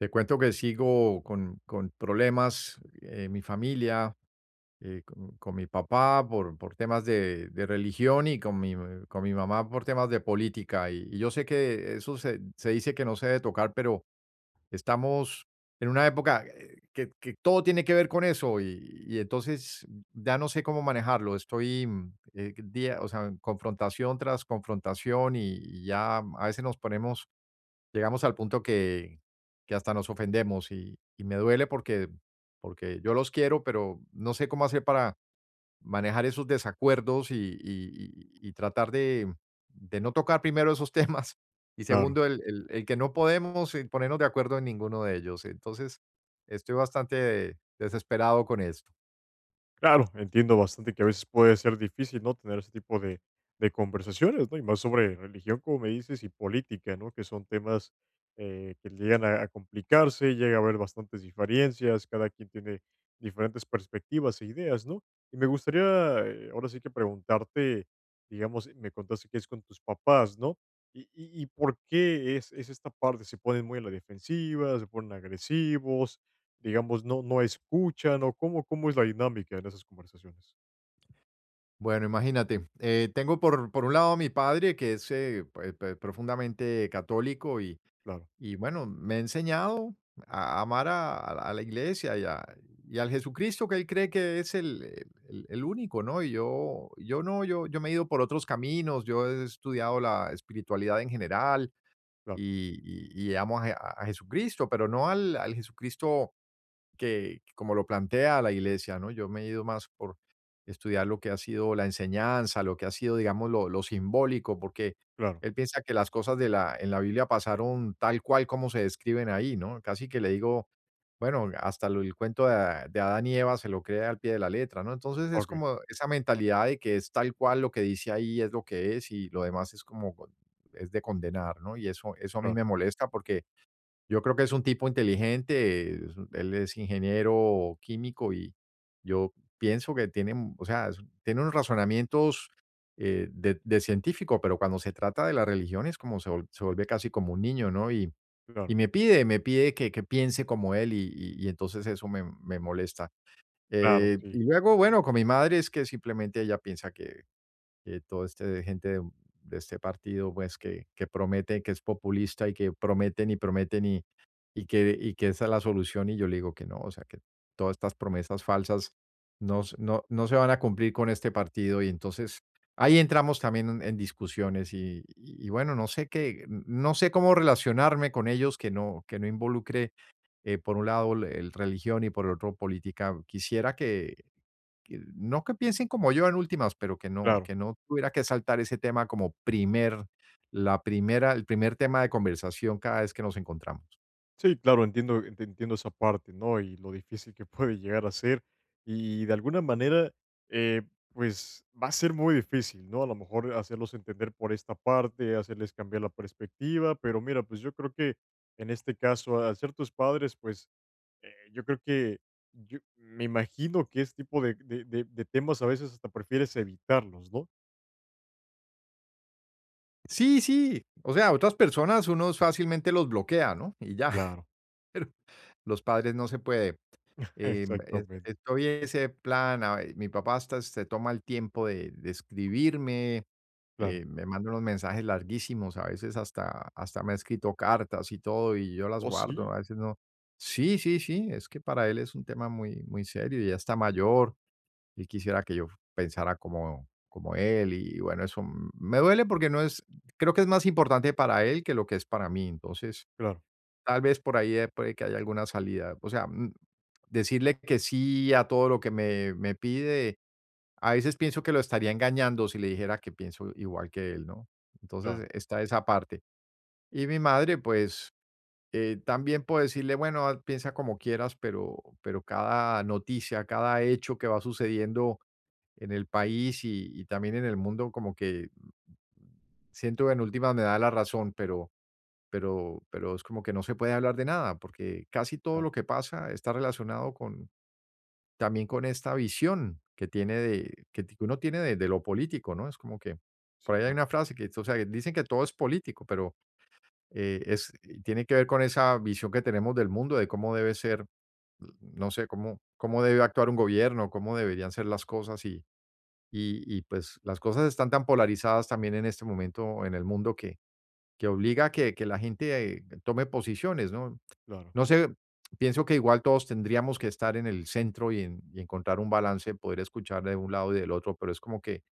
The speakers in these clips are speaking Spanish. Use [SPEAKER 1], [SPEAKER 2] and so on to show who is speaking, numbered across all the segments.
[SPEAKER 1] Te cuento que sigo con problemas en mi familia, con mi papá por temas de religión y con con mi mamá por temas de política. Y yo sé que eso se dice que no se debe tocar, pero estamos en una época que todo tiene que ver con eso y entonces ya no sé cómo manejarlo. Estoy en confrontación tras confrontación y ya a veces nos ponemos. Llegamos al punto que hasta nos ofendemos y me duele porque yo los quiero, pero no sé cómo hacer para manejar esos desacuerdos y tratar de no tocar primero esos temas y
[SPEAKER 2] Claro,
[SPEAKER 1] segundo, el que no podemos, ponernos de acuerdo en ninguno de ellos. Entonces, estoy bastante desesperado con esto.
[SPEAKER 2] claro, entiendo bastante que a veces puede ser difícil, ¿no? Tener ese tipo de conversaciones, ¿no? Y más sobre religión, como me dices, y política, ¿no? Que son temas que llegan a complicarse, llega a haber bastantes diferencias, cada quien tiene diferentes perspectivas e ideas, ¿no? Y me gustaría ahora sí que preguntarte, digamos, me contaste que es con tus papás, ¿no? ¿Y por qué es esta parte? ¿Se ponen muy a la defensiva? ¿Se ponen agresivos? Digamos, no escuchan o cómo es la dinámica en esas conversaciones.
[SPEAKER 1] Bueno, imagínate, tengo por un lado a mi padre, que es, pue pue profundamente católico. y
[SPEAKER 2] Claro,
[SPEAKER 1] Y bueno, me ha enseñado a amar a la iglesia y, y al Jesucristo que él cree que es el único, ¿no? Yo me he ido por otros caminos, yo he estudiado la espiritualidad en general
[SPEAKER 2] claro,
[SPEAKER 1] y amo a, Jesucristo, pero no al Jesucristo que, como lo plantea la iglesia, ¿no? Yo me he ido más por estudiar lo que ha sido la enseñanza, lo que ha sido, digamos, lo simbólico, porque
[SPEAKER 2] claro.
[SPEAKER 1] él piensa que las cosas de en la Biblia pasaron tal cual como se describen ahí, ¿no? Casi que le digo, bueno, hasta el cuento de, Adán y Eva se lo crea al pie de la letra, ¿no? Entonces es
[SPEAKER 2] Okey,
[SPEAKER 1] como esa mentalidad de que es tal cual, lo que dice ahí es lo que es y lo demás es como, es de condenar, ¿no? Y eso a mí
[SPEAKER 2] claro,
[SPEAKER 1] me molesta porque yo creo que es un tipo inteligente, es un él es ingeniero químico y yo pienso que tiene, es tiene unos razonamientos, de científico, pero cuando se trata de la religión es como se vuelve casi como un niño, ¿no? Y
[SPEAKER 2] claro,
[SPEAKER 1] me pide que piense como él y entonces eso me molesta.
[SPEAKER 2] claro, sí,
[SPEAKER 1] Y luego, bueno, con mi madre es que simplemente ella piensa que todo este gente de, este partido, pues que promete, que es populista y que prometen y prometen y que esa es la solución y yo le digo que no, o sea, que todas estas promesas falsas no se van a cumplir con este partido y entonces ahí entramos también en discusiones y bueno, no sé cómo relacionarme con ellos que no involucre por un lado el religión y por el otro política. Quisiera que no que piensen como yo en últimas, pero
[SPEAKER 2] claro.
[SPEAKER 1] que no tuviera que saltar ese tema como primer la primera el primer tema de conversación cada vez que nos encontramos.
[SPEAKER 2] Sí, claro, entiendo esa parte, ¿no? Y lo difícil que puede llegar a ser. Y de alguna manera, eh, pues, va a ser muy difícil, ¿no? A lo mejor hacerlos entender por esta parte, hacerles cambiar la perspectiva, pero mira, pues, yo creo que en este caso, al ser tus padres, pues, yo creo que yo me imagino que este tipo de temas a veces hasta prefieres evitarlos, ¿no?
[SPEAKER 1] Sí, sí, o sea, otras personas uno fácilmente los bloquea, ¿no? Y ya,
[SPEAKER 2] Claro,
[SPEAKER 1] los padres no se puede. Em, es
[SPEAKER 2] exactamente,
[SPEAKER 1] estoy en ese plan, ah, mi papá hasta se toma el tiempo de escribirme,
[SPEAKER 2] claro.
[SPEAKER 1] me manda unos mensajes larguísimos, a veces hasta me ha escrito cartas y todo, y yo las
[SPEAKER 2] Oh,
[SPEAKER 1] guardo, ¿no?
[SPEAKER 2] sí,
[SPEAKER 1] A veces no. Sí, sí, sí, es que para él es un tema muy, muy serio, y ya está mayor, y quisiera que yo pensara como, como él, y bueno, eso me duele porque no es, creo que es más importante para él que lo que es para mí, entonces
[SPEAKER 2] claro,
[SPEAKER 1] tal vez por ahí puede que haya alguna salida, o sea, decirle que sí a todo lo que me pide. A veces pienso que lo estaría engañando si le dijera que pienso igual que él, ¿no? Entonces
[SPEAKER 2] claro,
[SPEAKER 1] está esa parte. Y mi madre, pues, también puedo decirle, bueno, ah, piensa como quieras, pero cada noticia, cada hecho que va sucediendo en el país y también en el mundo, como que siento que en últimas me da la razón, pero es como que no se puede hablar de nada, porque casi todo
[SPEAKER 2] claro.
[SPEAKER 1] lo que pasa está relacionado con, también con esta visión que tiene de que ti que uno tiene de lo político, ¿no? Es como que
[SPEAKER 2] Sí,
[SPEAKER 1] por ahí hay
[SPEAKER 2] claro,
[SPEAKER 1] una frase que, o sea, dicen que todo es político, pero, es tiene que ver con esa visión que tenemos del mundo, de cómo debe ser, no sé, cómo debe actuar un gobierno, cómo deberían ser las cosas pues, las cosas están tan polarizadas también en este momento en el mundo que obliga a que la gente, tome posiciones, ¿no?
[SPEAKER 2] claro.
[SPEAKER 1] No sé, pienso que igual todos tendríamos que estar en el centro y encontrar un balance, poder escuchar de un lado y del otro, pero es como que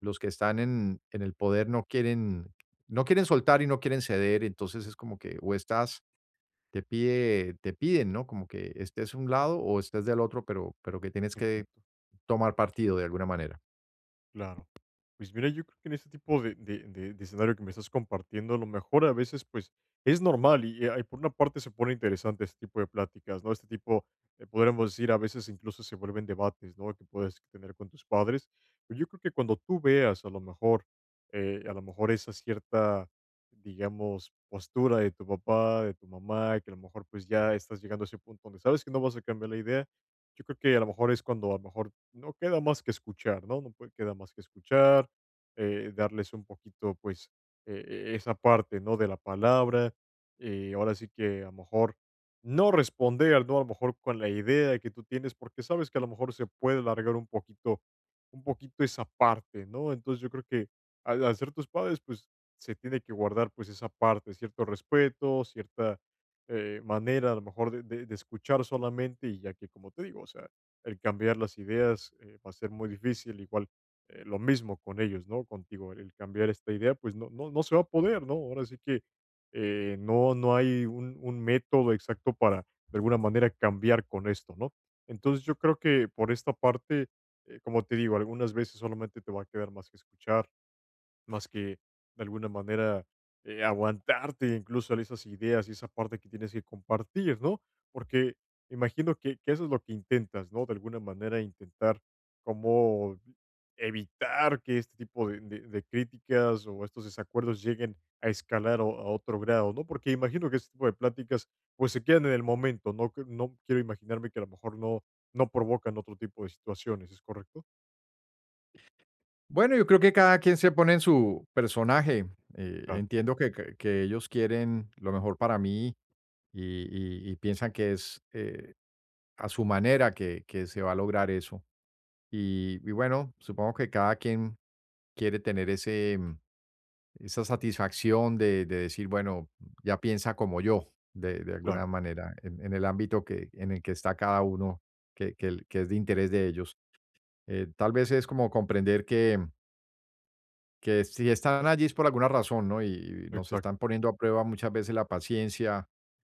[SPEAKER 1] los que están en el poder no quieren, no quieren soltar y no quieren ceder, entonces es como que o estás, te piden, ¿no? Como que estés de un lado o estés del otro, pero que tienes que
[SPEAKER 2] Exacto.
[SPEAKER 1] tomar partido de alguna manera.
[SPEAKER 2] Claro. Pues mira, yo creo que en este tipo de, de escenario que me estás compartiendo, a lo mejor a veces pues es normal y, por una parte se pone interesante este tipo de pláticas, ¿no? Este tipo, podríamos decir, a veces incluso se vuelven debates, ¿no? Que puedes tener con tus padres. Pero yo creo que cuando tú veas a lo mejor esa cierta, digamos, postura de tu papá, de tu mamá, que a lo mejor pues ya estás llegando a ese punto donde sabes que no vas a cambiar la idea, yo creo que a lo mejor es cuando a lo mejor no queda más que escuchar, ¿no? No puede, queda más que escuchar, darles un poquito, pues, esa parte, ¿no? De la palabra. Ahora sí que a lo mejor no responder, ¿no? A lo mejor con la idea que tú tienes, porque sabes que a lo mejor se puede alargar un poquito esa parte, ¿no? Entonces yo creo que al ser tus padres, pues, se tiene que guardar, pues, esa parte, cierto respeto, cierta manera a lo mejor de, de escuchar solamente y ya que como te digo, o sea, el cambiar las ideas va a ser muy difícil, igual lo mismo con ellos, ¿no? Contigo, el cambiar esta idea pues no, no, no se va a poder, ¿no? Ahora sí que no hay un método exacto para de alguna manera cambiar con esto, ¿no? Entonces yo creo que por esta parte, como te digo, algunas veces solamente te va a quedar más que escuchar más que de alguna manera aguantarte incluso a esas ideas y esa parte que tienes que compartir, ¿no? Porque imagino que eso es lo que intentas, ¿no? De alguna manera intentar como evitar que este tipo de, de críticas o estos desacuerdos lleguen a escalar a otro grado, ¿no? Porque imagino que este tipo de pláticas pues se quedan en el momento, ¿no? No quiero imaginarme que a lo mejor no, provocan otro tipo de situaciones, ¿es correcto?
[SPEAKER 1] Bueno, yo creo que cada quien se pone en su personaje.
[SPEAKER 2] Claro,
[SPEAKER 1] Entiendo que ellos quieren lo mejor para mí y, y piensan que es a su manera que se va a lograr eso. Y bueno, supongo que cada quien quiere tener ese, esa satisfacción de decir, bueno, ya piensa como yo, de
[SPEAKER 2] claro,
[SPEAKER 1] alguna manera, en el ámbito en el que está cada uno, que es de interés de ellos. Tal vez es como comprender que si están allí es por alguna razón, ¿no? Y nos
[SPEAKER 2] exacto.
[SPEAKER 1] están poniendo a prueba muchas veces la paciencia.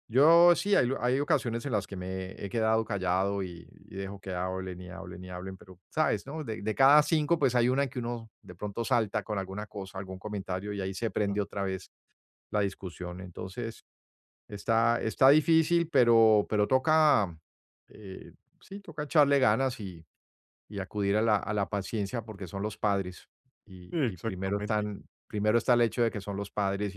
[SPEAKER 1] Yo sí, hay ocasiones en las que me he quedado callado y dejo que hablen y hablen y hablen, pero sabes, ¿no? De cada cinco, pues hay una en que uno de pronto salta con alguna cosa, algún comentario y ahí se
[SPEAKER 2] Claro.
[SPEAKER 1] prende otra vez la discusión. Entonces, está, está difícil, pero toca, eh, sí, toca echarle ganas y acudir a a la paciencia porque son los padres
[SPEAKER 2] Sí,
[SPEAKER 1] y
[SPEAKER 2] exactamente.
[SPEAKER 1] primero está el hecho de que son los padres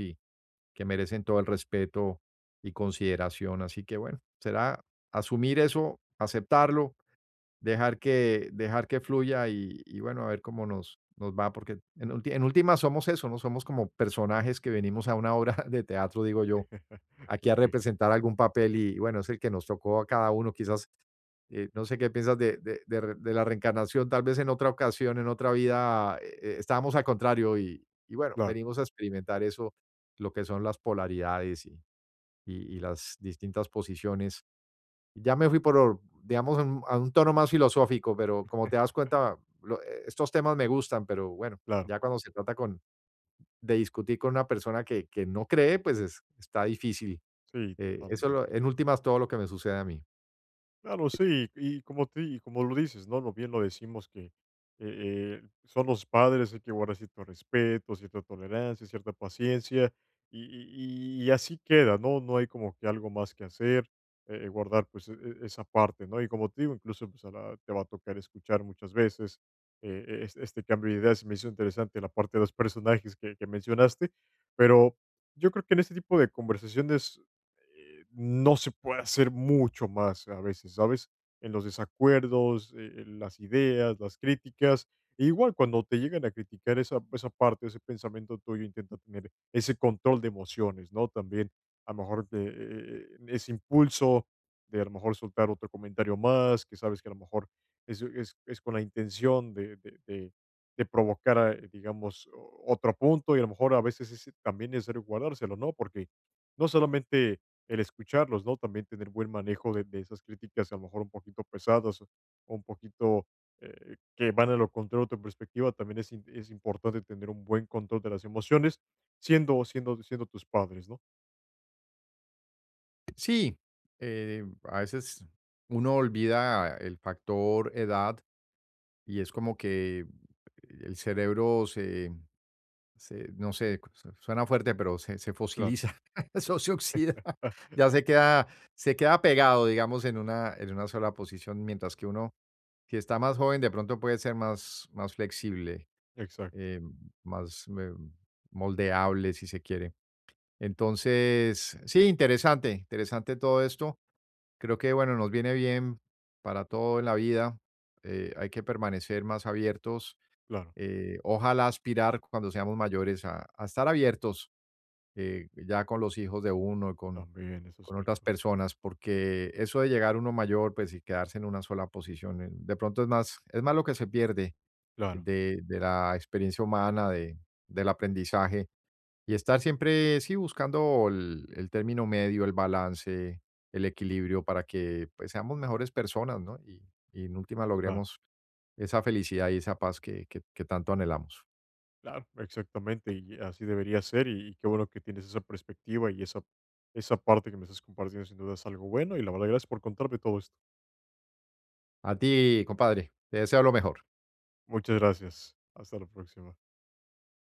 [SPEAKER 1] que merecen todo el respeto y consideración. Así que bueno, será asumir eso, aceptarlo, dejar que fluya y bueno, a ver cómo nos va, porque en última somos eso, no somos como personajes que venimos a una obra de teatro, digo yo, aquí a representar algún papel y bueno, es el que nos tocó a cada uno, quizás, no sé qué piensas de la reencarnación. Tal vez en otra ocasión, en otra vida, estábamos al contrario y bueno,
[SPEAKER 2] Claro,
[SPEAKER 1] venimos a experimentar eso, lo que son las polaridades y y las distintas posiciones. Ya me fui por, digamos, a un tono más filosófico, pero como te das cuenta, estos temas me gustan, pero bueno,
[SPEAKER 2] claro.
[SPEAKER 1] ya cuando se trata de discutir con una persona que no cree, pues está difícil.
[SPEAKER 2] Sí,
[SPEAKER 1] Eso lo
[SPEAKER 2] totalmente.
[SPEAKER 1] en últimas, todo lo que me sucede a mí.
[SPEAKER 2] Claro, sí, y como lo dices, ¿no? Lo bien lo decimos que, son los padres, hay que guardar cierto respeto, cierta tolerancia, cierta paciencia, y y así queda, ¿no? No hay como que algo más que hacer, guardar, pues, esa parte, ¿no? Y como te digo, incluso, pues, a la te va a tocar escuchar muchas veces, este cambio de ideas. Me hizo interesante la parte de los personajes que mencionaste, pero yo creo que en este tipo de conversaciones no se puede hacer mucho más a veces, ¿sabes? En los desacuerdos, en las ideas, las críticas. E igual cuando te llegan a criticar esa parte, ese pensamiento tuyo, intenta tener ese control de emociones, ¿no? También a lo mejor de, ese impulso de a lo mejor soltar otro comentario más, que sabes que a lo mejor es con la intención de provocar, digamos, otro punto y a lo mejor a veces es también necesario guardárselo, ¿no? Porque no solamente el escucharlos, ¿no? También tener buen manejo de esas críticas, a lo mejor un poquito pesadas o un poquito que van a lo contrario a tu perspectiva, también es importante tener un buen control de las emociones, siendo tus padres, ¿no?
[SPEAKER 1] Sí, a veces uno olvida el factor edad y es como que el cerebro se se no sé, su suena fuerte, pero se
[SPEAKER 2] Claro,
[SPEAKER 1] fosiliza, eso se oxida,
[SPEAKER 2] ah,
[SPEAKER 1] ya se queda pegado, digamos, en una sola posición, mientras que uno, si está más joven, de pronto puede ser más flexible,
[SPEAKER 2] exacto,
[SPEAKER 1] eh, más, eh, moldeable, si se quiere. Entonces, sí, interesante, interesante todo esto. Creo que, bueno, nos viene bien para todo en la vida. Hay que permanecer más abiertos.
[SPEAKER 2] claro,
[SPEAKER 1] Ojalá aspirar cuando seamos mayores a estar abiertos ya con los hijos de uno,
[SPEAKER 2] también, eso es
[SPEAKER 1] con otras
[SPEAKER 2] cierto,
[SPEAKER 1] personas, porque eso de llegar uno mayor, pues y quedarse en una sola posición, de pronto es más lo que se pierde
[SPEAKER 2] claro,
[SPEAKER 1] de la experiencia humana, de, del aprendizaje. Y estar siempre, sí, buscando el término medio, el balance, el equilibrio para que pues, seamos mejores personas, ¿no? Y en última
[SPEAKER 2] claro,
[SPEAKER 1] logremos esa felicidad y esa paz que tanto anhelamos.
[SPEAKER 2] claro, exactamente, y, así debería ser, y qué bueno que tienes esa perspectiva y esa parte que me estás compartiendo, sin duda es algo bueno, y la verdad, gracias por contarme todo esto.
[SPEAKER 1] A ti, compadre, te deseo lo mejor.
[SPEAKER 2] Muchas gracias, hasta la próxima.